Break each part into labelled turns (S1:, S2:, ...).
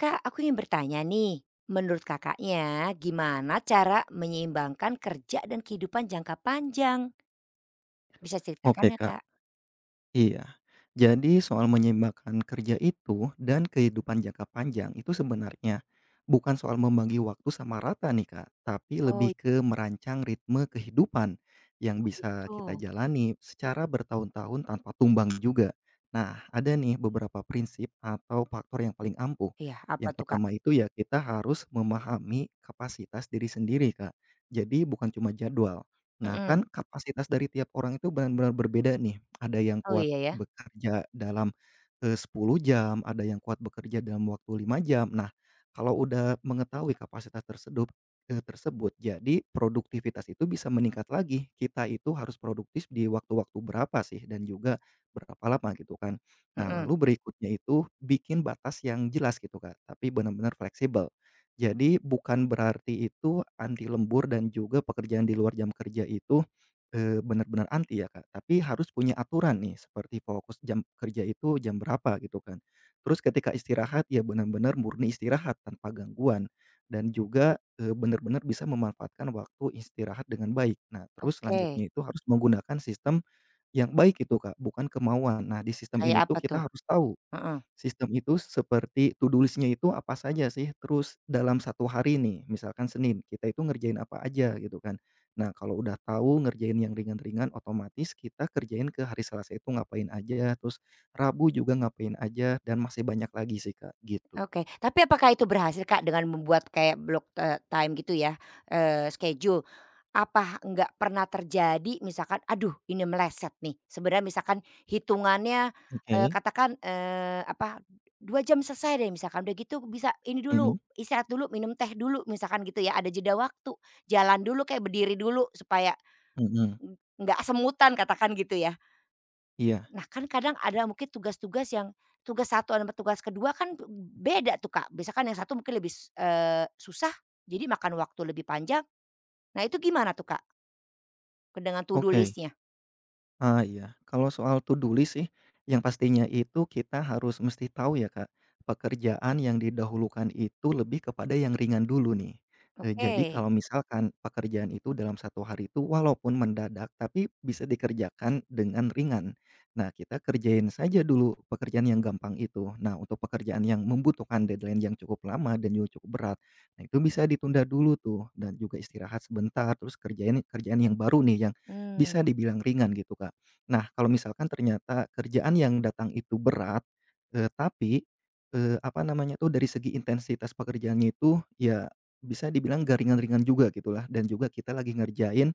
S1: Kak, aku ingin bertanya nih, menurut kakaknya gimana cara menyeimbangkan kerja dan kehidupan jangka panjang? Bisa
S2: Oke,
S1: ceritakan ya
S2: Kak.
S1: kak?
S2: Iya. Jadi soal menyeimbangkan kerja itu dan kehidupan jangka panjang itu sebenarnya bukan soal membagi waktu sama rata nih Kak, tapi
S1: Oh
S2: lebih
S1: iya,
S2: ke merancang ritme kehidupan yang
S1: oh
S2: bisa
S1: gitu.
S2: kita jalani secara bertahun-tahun tanpa tumbang juga. Nah, ada nih beberapa prinsip atau faktor yang paling ampuh.
S1: Iya, apa
S2: Yang
S1: tuh kak?
S2: pertama itu ya kita harus memahami kapasitas diri sendiri Kak. Jadi bukan cuma jadwal. Nah,
S1: Mm-mm.
S2: kan kapasitas dari tiap orang itu benar-benar berbeda nih. Ada yang
S1: Oh
S2: kuat
S1: iya ya?
S2: bekerja dalam, 10 jam, ada yang kuat bekerja dalam waktu 5 jam. Nah, kalau udah mengetahui kapasitas tersebut, jadi produktivitas itu bisa meningkat lagi. Kita itu harus produktif di waktu-waktu berapa sih dan juga berapa lama gitu kan. Nah,
S1: Mm-mm.
S2: lalu berikutnya itu bikin batas yang jelas gitu, Kak, tapi benar-benar fleksibel. Jadi bukan berarti itu anti lembur dan juga pekerjaan di luar jam kerja itu benar-benar anti ya, Kak, tapi harus punya aturan nih seperti fokus jam kerja itu jam berapa gitu kan. Terus ketika istirahat ya benar-benar murni istirahat tanpa gangguan dan juga, benar-benar bisa memanfaatkan waktu istirahat dengan baik. Nah terus
S1: Oke,
S2: selanjutnya itu harus menggunakan sistem yang baik itu, Kak, bukan kemauan. Nah di sistem
S1: kayak
S2: ini tuh
S1: apa
S2: kita
S1: tuh?
S2: harus tahu
S1: Mm-mm.
S2: sistem itu seperti to do list-nya itu apa saja sih, terus dalam satu hari nih, misalkan Senin, kita itu ngerjain apa aja gitu kan. Nah, kalau udah tahu ngerjain yang ringan-ringan, otomatis kita kerjain ke hari Selasa itu ngapain aja, terus Rabu juga ngapain aja, dan masih banyak lagi sih, Kak, gitu.
S1: Oke, tapi apakah itu berhasil, Kak, dengan membuat kayak block, time gitu ya, schedule? Apa nggak pernah terjadi misalkan, "Aduh ini meleset nih," sebenarnya misalkan hitungannya,
S2: Oke.
S1: katakan, apa, 2 jam selesai deh misalkan, udah gitu bisa ini dulu,
S2: Mhm
S1: istirahat dulu, minum teh dulu misalkan gitu ya, ada jeda waktu, jalan dulu kayak berdiri dulu supaya
S2: mhm,
S1: nggak semutan katakan gitu ya.
S2: iya.
S1: Nah, kan kadang ada mungkin tugas-tugas yang tugas satu sama tugas kedua kan beda tuh, Kak. Biasa kan yang satu mungkin lebih susah, jadi makan waktu lebih panjang. Nah, itu gimana tuh, Kak, ke dengan to do
S2: Oke.
S1: list.
S2: Ah, iya. Kalau soal to do list sih, yang pastinya itu kita harus mesti tahu ya, Kak, pekerjaan yang didahulukan itu lebih kepada yang ringan dulu nih. Jadi
S1: Oke.
S2: kalau misalkan pekerjaan itu dalam satu hari itu walaupun mendadak, tapi bisa dikerjakan dengan ringan. Nah, kita kerjain saja dulu pekerjaan yang gampang itu. Nah, untuk pekerjaan yang membutuhkan deadline yang cukup lama dan juga cukup berat, nah itu bisa ditunda dulu tuh dan juga istirahat sebentar, terus kerjain kerjaan yang baru nih yang
S1: Hmm.
S2: bisa dibilang ringan gitu, Kak. Nah, kalau misalkan ternyata kerjaan yang datang itu berat, eee, tapi, apa namanya tuh, dari segi intensitas pekerjaannya itu ya bisa dibilang garingan ringan juga gitulah dan juga kita lagi ngerjain,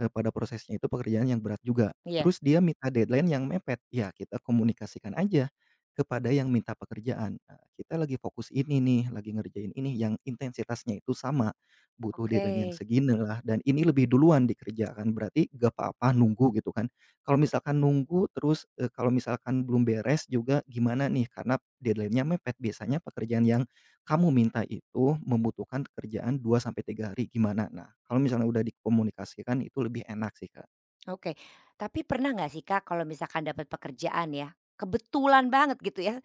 S2: pada prosesnya itu pekerjaan yang berat juga.
S1: Iya.
S2: Terus dia minta deadline yang mepet, ya kita komunikasikan aja kepada yang minta pekerjaan, "Kita lagi fokus ini nih, lagi ngerjain ini yang intensitasnya itu sama, butuh
S1: Oke.
S2: deadline yang segini lah dan ini lebih duluan dikerjakan, berarti gak apa-apa nunggu," gitu kan. Kalau misalkan nunggu terus, kalau misalkan belum beres juga gimana nih karena deadline-nya mepet. Biasanya pekerjaan yang kamu minta itu membutuhkan kerjaan 2 sampai 3 hari, gimana? Nah, kalau misalnya udah dikomunikasikan itu lebih enak sih, Kak.
S1: Oke, tapi pernah nggak sih, Kak, kalau misalkan dapat pekerjaan ya, kebetulan banget gitu ya,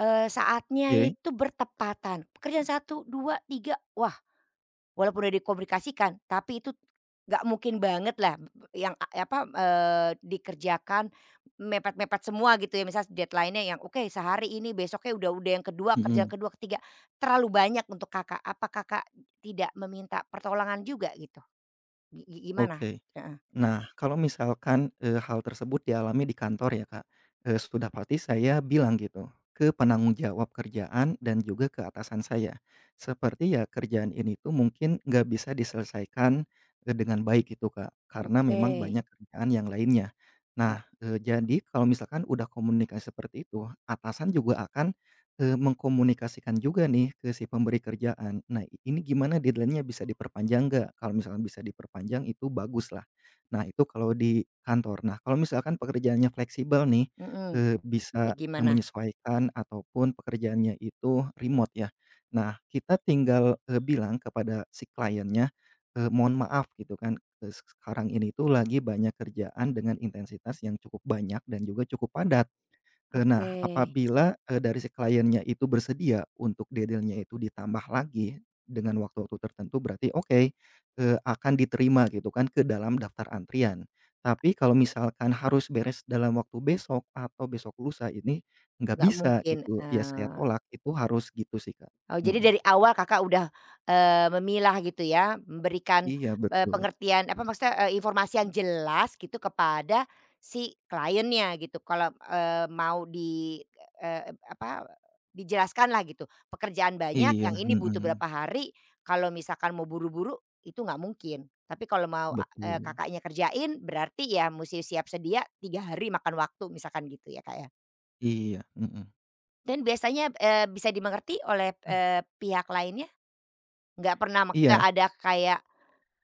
S1: saatnya
S2: Oke.
S1: itu bertepatan, pekerjaan satu 2 3 wah. Walaupun udah dikomunikasikan, tapi itu nggak mungkin banget lah yang apa, dikerjakan mepet-mepet semua gitu ya, misalnya deadline-nya yang oke sehari ini, besoknya udah yang kedua kerjaan
S2: Mhm,
S1: kedua ketiga terlalu banyak untuk Kakak. Apa Kakak tidak meminta pertolongan juga gitu? Gi gi gimana?
S2: oke.
S1: Heeh,
S2: Nah, kalau misalkan, hal tersebut dialami di kantor ya, Kak, sudah pasti saya bilang gitu ke penanggung jawab kerjaan dan juga ke atasan saya. Seperti ya kerjaan ini tuh mungkin nggak bisa diselesaikan, dengan baik gitu, Kak, karena
S1: oke,
S2: memang banyak kerjaan yang lainnya.
S1: iya,
S2: Nah, jadi kalau misalkan udah komunikasi seperti itu, atasan juga akan, mengkomunikasikan juga nih ke si pemberi kerjaan. Nah, ini gimana deadline-nya bisa diperpanjang nggak? Kalau misalkan bisa diperpanjang itu bagus lah. Nah, itu kalau di kantor. Nah, kalau misalkan pekerjaannya fleksibel nih,
S1: mhm,
S2: bisa,
S1: kayak gimana?
S2: menyesuaikan ataupun pekerjaannya itu remote ya. Nah, kita tinggal, bilang kepada si kliennya, "Mohon maaf," gitu kan, "sekarang ini tuh lagi banyak kerjaan dengan intensitas yang cukup banyak dan juga cukup padat."
S1: Oke,
S2: Nah, apabila, dari si kliennya itu bersedia untuk dealnya itu ditambah lagi dengan waktu-waktu tertentu berarti oke, akan diterima gitu kan ke dalam daftar antrian. Tapi kalau misalkan harus beres dalam waktu besok atau besok lusa ini nggak
S1: nggak
S2: bisa
S1: mungkin.
S2: gitu, ya saya tolak, itu harus gitu sih, Kak.
S1: Oh, jadi
S2: Mhm.
S1: dari awal Kakak udah, memilah gitu ya, memberikan,
S2: Iya betul.
S1: pengertian apa maksudnya, informasi yang jelas gitu kepada si kliennya gitu kalau, mau di, apa, dijelaskan lah gitu. Pekerjaan banyak,
S2: Iya,
S1: yang ini butuh
S2: mhm.
S1: berapa hari, kalau misalkan mau buru-buru itu nggak mungkin. Tapi kalau mau,
S2: Betul.
S1: Kakaknya kerjain berarti ya mesti siap sedia 3 hari makan waktu misalkan gitu ya, Kak, ya?
S2: Iya, mhm.
S1: Dan biasanya, bisa dimengerti oleh, pihak lainnya? Nggak pernah maksudnya
S2: Iya,
S1: ada kayak,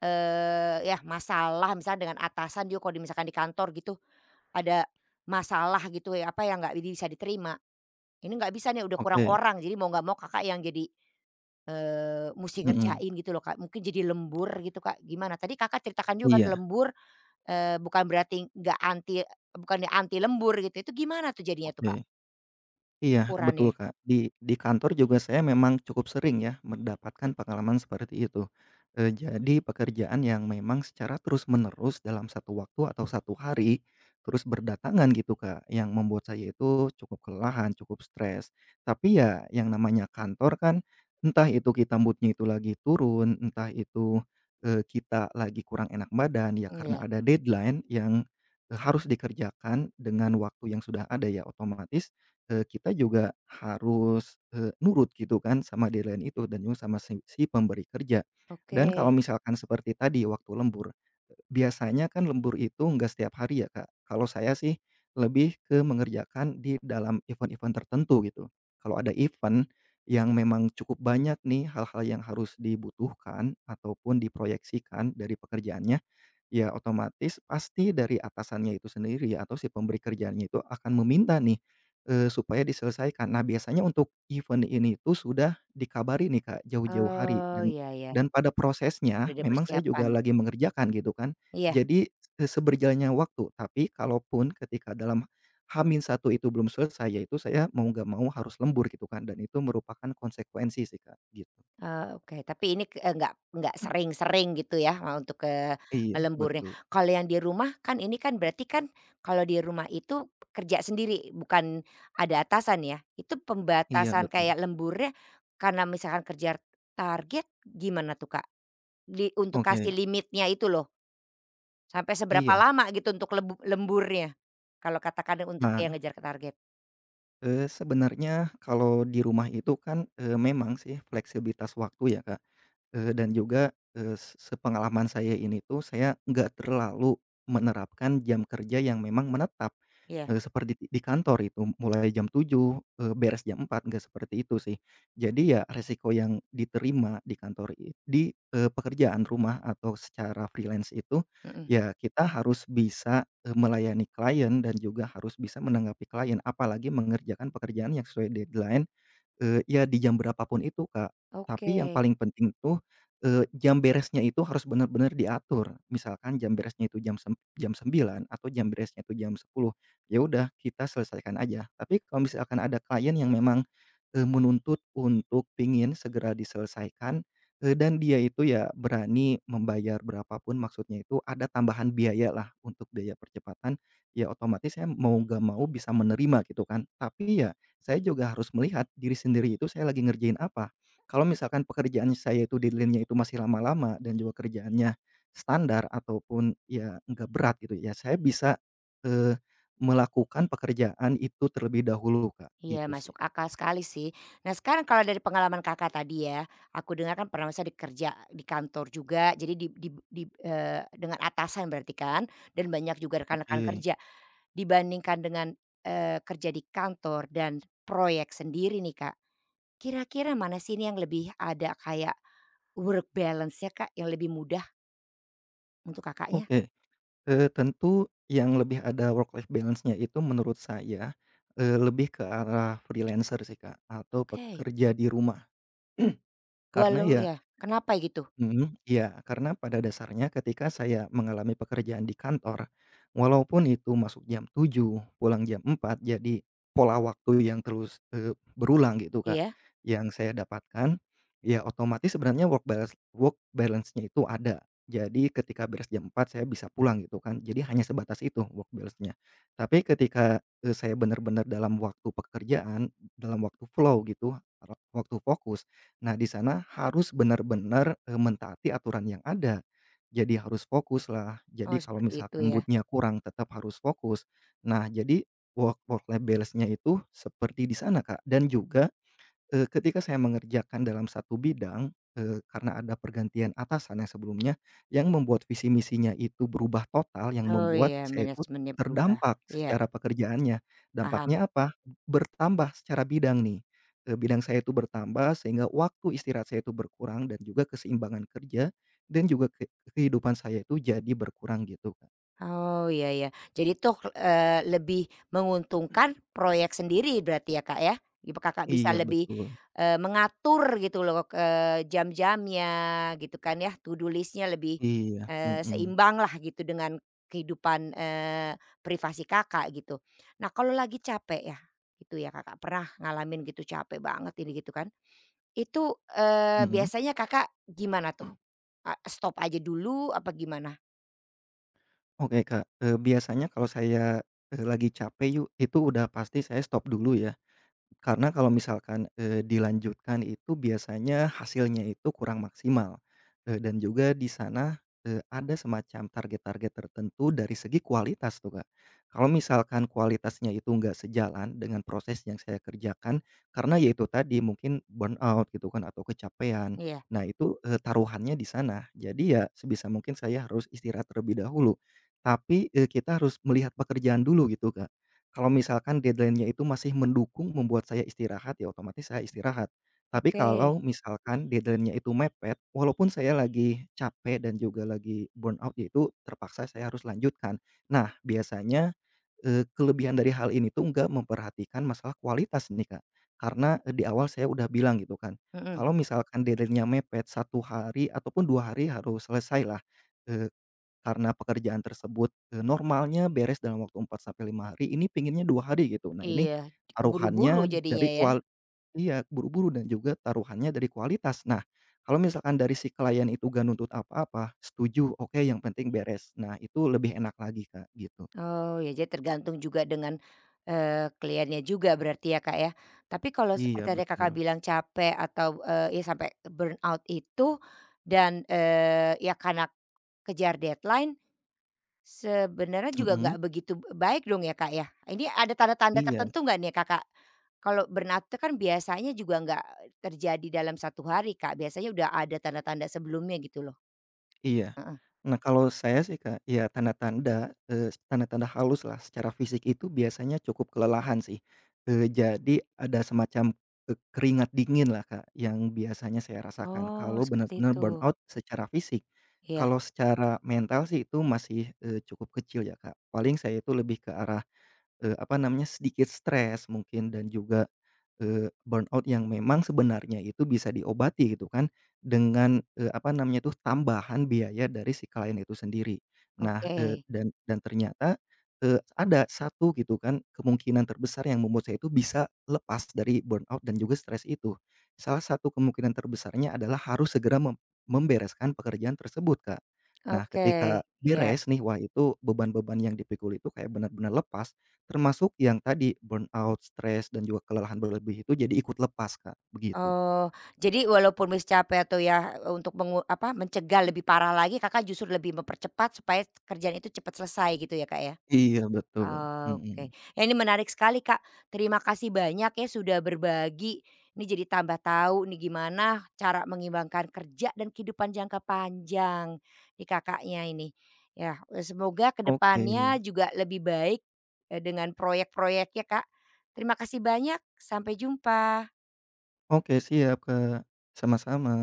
S1: yah masalah misalnya dengan atasan dia kalau di misalkan di kantor gitu, ada masalah gitu ya, apa, yang nggak bisa diterima. Ini nggak bisa nih, udah kurang
S2: oke.
S1: orang, jadi mau nggak mau Kakak yang jadi, musti
S2: Mhm.
S1: ngerjain gitu loh, Kak. Mungkin jadi lembur gitu, Kak, gimana? Tadi Kakak ceritakan juga kan
S2: Iya,
S1: lembur, bukan berarti nggak anti, bukan ya anti lembur gitu, itu gimana tuh jadinya tuh, Kak,
S2: oke. Iya, betul,
S1: ukurannya?
S2: Kak. Di kantor juga saya memang cukup sering ya mendapatkan pengalaman seperti itu. Jadi pekerjaan yang memang secara terus-menerus dalam satu waktu atau satu hari, terus berdatangan gitu, Kak, yang membuat saya itu cukup kelelahan, cukup stres. Tapi ya yang namanya kantor kan, entah itu kita moodnya itu lagi turun, entah itu, kita lagi kurang enak badan, ya karena
S1: Iya,
S2: ada deadline yang, harus dikerjakan dengan waktu yang sudah ada ya otomatis kita juga harus, nurut gitu kan sama deadline itu dan juga sama si si pemberi kerja. Dan kalau
S1: oke.
S2: misalkan seperti tadi waktu lembur, biasanya kan lembur itu nggak setiap hari ya, Kak. Kalau saya sih lebih ke mengerjakan di dalam event-event tertentu gitu. Kalau ada event yang memang cukup banyak nih hal-hal yang harus dibutuhkan ataupun diproyeksikan dari pekerjaannya, ya otomatis pasti dari atasannya itu sendiri atau si pemberi kerjaannya itu akan meminta nih, supaya diselesaikan. Nah biasanya untuk event ini tuh sudah dikabari nih Kak jauh-jauh hari
S1: Oh,
S2: dan
S1: iya iya,
S2: pada prosesnya
S1: udah ada
S2: memang saya
S1: persiapan.
S2: juga lagi mengerjakan gitu kan.
S1: Iya.
S2: Jadi seberjalannya waktu, tapi kalaupun ketika dalam hamin satu itu belum selesai, yaitu saya mau nggak mau harus lembur gitu kan dan itu merupakan konsekuensi sih Kak gitu.
S1: Oh, oke. Tapi ini ke eee, nggak sering-sering gitu ya, untuk ke
S2: Iya
S1: lemburnya.
S2: betul
S1: Kalau yang di rumah kan ini kan berarti kan kalau di rumah itu kerja sendiri, bukan ada atasan ya? Itu
S2: iya
S1: pembatasan
S2: betul.
S1: kayak lemburnya karena misalkan kerja target gimana tuh, Kak? Untuk kasih
S2: Oke,
S1: limitnya itu loh, sampai seberapa
S2: iya.
S1: lama gitu untuk lemburnya? Kalau katakan untuk
S2: Nah
S1: yang ngejar ke target.
S2: Sebenarnya kalau di rumah itu kan, memang sih fleksibilitas waktu ya, Kak. Eee, dan juga, eee, se sepengalaman saya ini tuh saya nggak terlalu menerapkan jam kerja yang memang menetap,
S1: Iya,
S2: seperti di kantor itu mulai jam 7 beres jam 4 nggak seperti itu sih. Jadi ya resiko yang diterima di kantor di pekerjaan rumah atau secara freelance itu
S1: mhm,
S2: ya kita harus bisa, melayani klien dan juga harus bisa menanggapi klien apalagi mengerjakan pekerjaan yang sesuai deadline. Ya di jam berapa pun itu, Kak.
S1: oke.
S2: Tapi yang paling penting tuh, jam beresnya itu harus bener-bener diatur. Misalkan jam beresnya itu jam 09.00 atau jam beresnya itu jam 10, ya udah kita selesaikan aja. Tapi kalau misalkan ada klien yang memang, menuntut untuk pingin segera diselesaikan, dan dia itu ya berani membayar berapa pun, maksudnya itu ada tambahan biaya lah untuk biaya percepatan, ya otomatis saya mau nggak mau bisa menerima gitu kan. Tapi ya saya juga harus melihat diri sendiri itu saya lagi ngerjain apa. Kalau misalkan pekerjaan saya itu deadline-nya itu masih lama-lama dan juga kerjaannya standar ataupun ya nggak berat gitu ya, saya bisa, eee, melakukan pekerjaan itu terlebih dahulu, Kak, gitu
S1: Iya
S2: sih.
S1: masuk akal sekali sih. Nah sekarang kalau dari pengalaman Kakak tadi ya, aku dengar kan pernah masa dikerja di kantor juga jadi di dengan atasan berarti kan dan banyak juga rekan-rekan
S2: Oke.
S1: kerja. Dibandingkan dengan, kerja di kantor dan proyek sendiri nih Kak, kira-kira mana sih ini yang lebih ada kayak work balance-nya Kak, yang lebih mudah untuk Kakaknya?
S2: Oke, tentu yang lebih ada work life balance-nya itu menurut saya, lebih ke arah freelancer sih, Kak, atau
S1: Oke.
S2: pekerja di rumah. Karena
S1: Walau
S2: ya
S1: ya, kenapa gitu?
S2: mhm, iya, karena pada dasarnya ketika saya mengalami pekerjaan di kantor, walaupun itu masuk jam 7 pulang jam 4, jadi pola waktu yang terus, berulang gitu, Kak,
S1: Iya?
S2: yang saya dapatkan, ya otomatis sebenarnya work balance work balance-nya itu ada. Jadi ketika beres jam 4 saya bisa pulang gitu kan, jadi hanya sebatas itu work balance-nya. Tapi ketika, saya benar-benar dalam waktu pekerjaan, dalam waktu flow gitu, waktu fokus. Nah, di sana harus benar-benar, mentaati aturan yang ada. Jadi harus fokus lah jadi
S1: Oh
S2: kalau
S1: seperti itu
S2: misalkan
S1: ya.
S2: mood kurang tetap harus fokus. Nah, jadi work work life balance-nya itu seperti di sana, Kak, dan juga ketika saya mengerjakan dalam satu bidang, karena ada pergantian atasan yang sebelumnya, yang membuat visi misinya itu berubah total, yang
S1: Oh
S2: membuat
S1: iya
S2: saya itu
S1: manajemennya berubah.
S2: terdampak
S1: Iya,
S2: secara pekerjaannya.
S1: paham.
S2: Dampaknya apa? Bertambah secara bidang nih, bidang saya itu bertambah sehingga waktu istirahat saya itu berkurang dan juga keseimbangan kerja dan juga kehidupan saya itu jadi berkurang gitu, Kak.
S1: Oh, iya iya. Jadi tuh, lebih menguntungkan proyek sendiri berarti ya, Kak, ya? Ibu Kakak
S2: Iya
S1: bisa lebih,
S2: betul,
S1: mengatur gitu loh, jam-jamnya gitu kan ya, to do list-nya lebih,
S2: iya,
S1: eh,
S2: mhm,
S1: seimbang lah gitu dengan kehidupan, privasi Kakak gitu. Nah, kalau lagi capek ya, gitu ya, Kakak pernah ngalamin gitu capek banget ini gitu kan, itu,
S2: mhm.
S1: biasanya Kakak gimana tuh? A stop aja dulu apa gimana?
S2: Oke Kak, biasanya kalau saya, lagi capek yuk, itu udah pasti saya stop dulu ya. Karena kalau misalkan, dilanjutkan itu biasanya hasilnya itu kurang maksimal, dan juga di sana, ada semacam target-target tertentu dari segi kualitas tuh, Kak. Kalau misalkan kualitasnya itu nggak sejalan dengan proses yang saya kerjakan, karena yaitu tadi mungkin burnout gitu kan atau kecapean.
S1: Iya,
S2: Nah itu, taruhannya di sana. Jadi ya sebisa mungkin saya harus istirahat terlebih dahulu. Tapi, kita harus melihat pekerjaan dulu gitu, Kak. Kalau misalkan deadline-nya itu masih mendukung membuat saya istirahat, ya otomatis saya istirahat. Tapi
S1: oke,
S2: kalau misalkan deadline-nya itu mepet, walaupun saya lagi capek dan juga lagi burn out, yaitu terpaksa saya harus lanjutkan. Nah, biasanya, kelebihan dari hal ini tuh nggak memperhatikan masalah kualitas nih, Kak. Karena, di awal saya udah bilang gitu kan,
S1: mhm.
S2: kalau misalkan deadline-nya mepet satu hari ataupun 2 hari harus selesai lah. Karena pekerjaan tersebut, normalnya beres dalam waktu 4 sampai 5 hari, ini pinginnya 2 hari gitu. Nah ini
S1: Iya, keburu-buru
S2: taruhannya
S1: jadinya
S2: dari
S1: ya?
S2: iya, buru-buru dan juga taruhannya dari kualitas. Nah, kalau misalkan dari si klien itu nggak nuntut apa-apa, setuju, oke yang penting beres. Nah itu lebih enak lagi Kak, gitu.
S1: Oh, ya jadi tergantung juga dengan, kliennya juga berarti ya, Kak, ya. Tapi kalau
S2: Iya
S1: seperti tadi Kakak
S2: betul.
S1: bilang capek atau, ya sampai burnout itu dan, ya karena kejar deadline, sebenarnya juga
S2: Mhm,
S1: nggak begitu baik dong ya, Kak, ya? Ini ada tanda-tanda
S2: iya
S1: tertentu nggak nih Kakak? Kalau burnout itu kan biasanya juga nggak terjadi dalam satu hari, Kak, biasanya udah ada tanda-tanda sebelumnya gitu loh.
S2: iya.
S1: Heeh.
S2: Nah, kalau saya sih, Kak, ya tanda-tanda, tanda-tanda halus lah secara fisik itu biasanya cukup kelelahan sih. Jadi ada semacam, keringat dingin lah Kak, yang biasanya saya rasakan
S1: Oh,
S2: kalau
S1: seperti
S2: benar-benar
S1: itu.
S2: burnout secara fisik.
S1: Iya.
S2: Kalau secara mental sih itu masih, cukup kecil ya, Kak. Paling saya itu lebih ke arah apa namanya, sedikit stres mungkin dan juga, burnout yang memang sebenarnya itu bisa diobati gitu kan, dengan, apa namanya tuh, tambahan biaya dari si klien itu sendiri. Nah,
S1: Oke
S2: dan ternyata, ada satu gitu kan, kemungkinan terbesar yang membuat saya itu bisa lepas dari burnout dan juga stres itu. Salah satu kemungkinan terbesarnya adalah harus segera membereskan pekerjaan tersebut, Kak. Nah,
S1: oke,
S2: ketika
S1: ya.
S2: beres nih, wah itu beban-beban yang dipikul itu kayak benar-benar lepas. Termasuk yang tadi, burnout, stres, dan juga kelelahan berlebih itu jadi ikut lepas, Kak, begitu.
S1: Oh, jadi walaupun capek atau ya, untuk mencegah lebih parah lagi Kakak justru lebih mempercepat supaya kerjaan itu cepat selesai gitu ya, Kak, ya?
S2: Iya betul,
S1: Oke,
S2: mhm.
S1: ya ini menarik sekali Kak, terima kasih banyak ya sudah berbagi. Ini jadi tambah tahu nih gimana cara mengimbangkan kerja dan kehidupan jangka panjang di Kakaknya ini. Ya, semoga
S2: Oke
S1: kedepannya juga lebih baik, dengan proyek-proyeknya Kak. Terima kasih banyak, sampai jumpa.
S2: oke siap, Kak, sama-sama.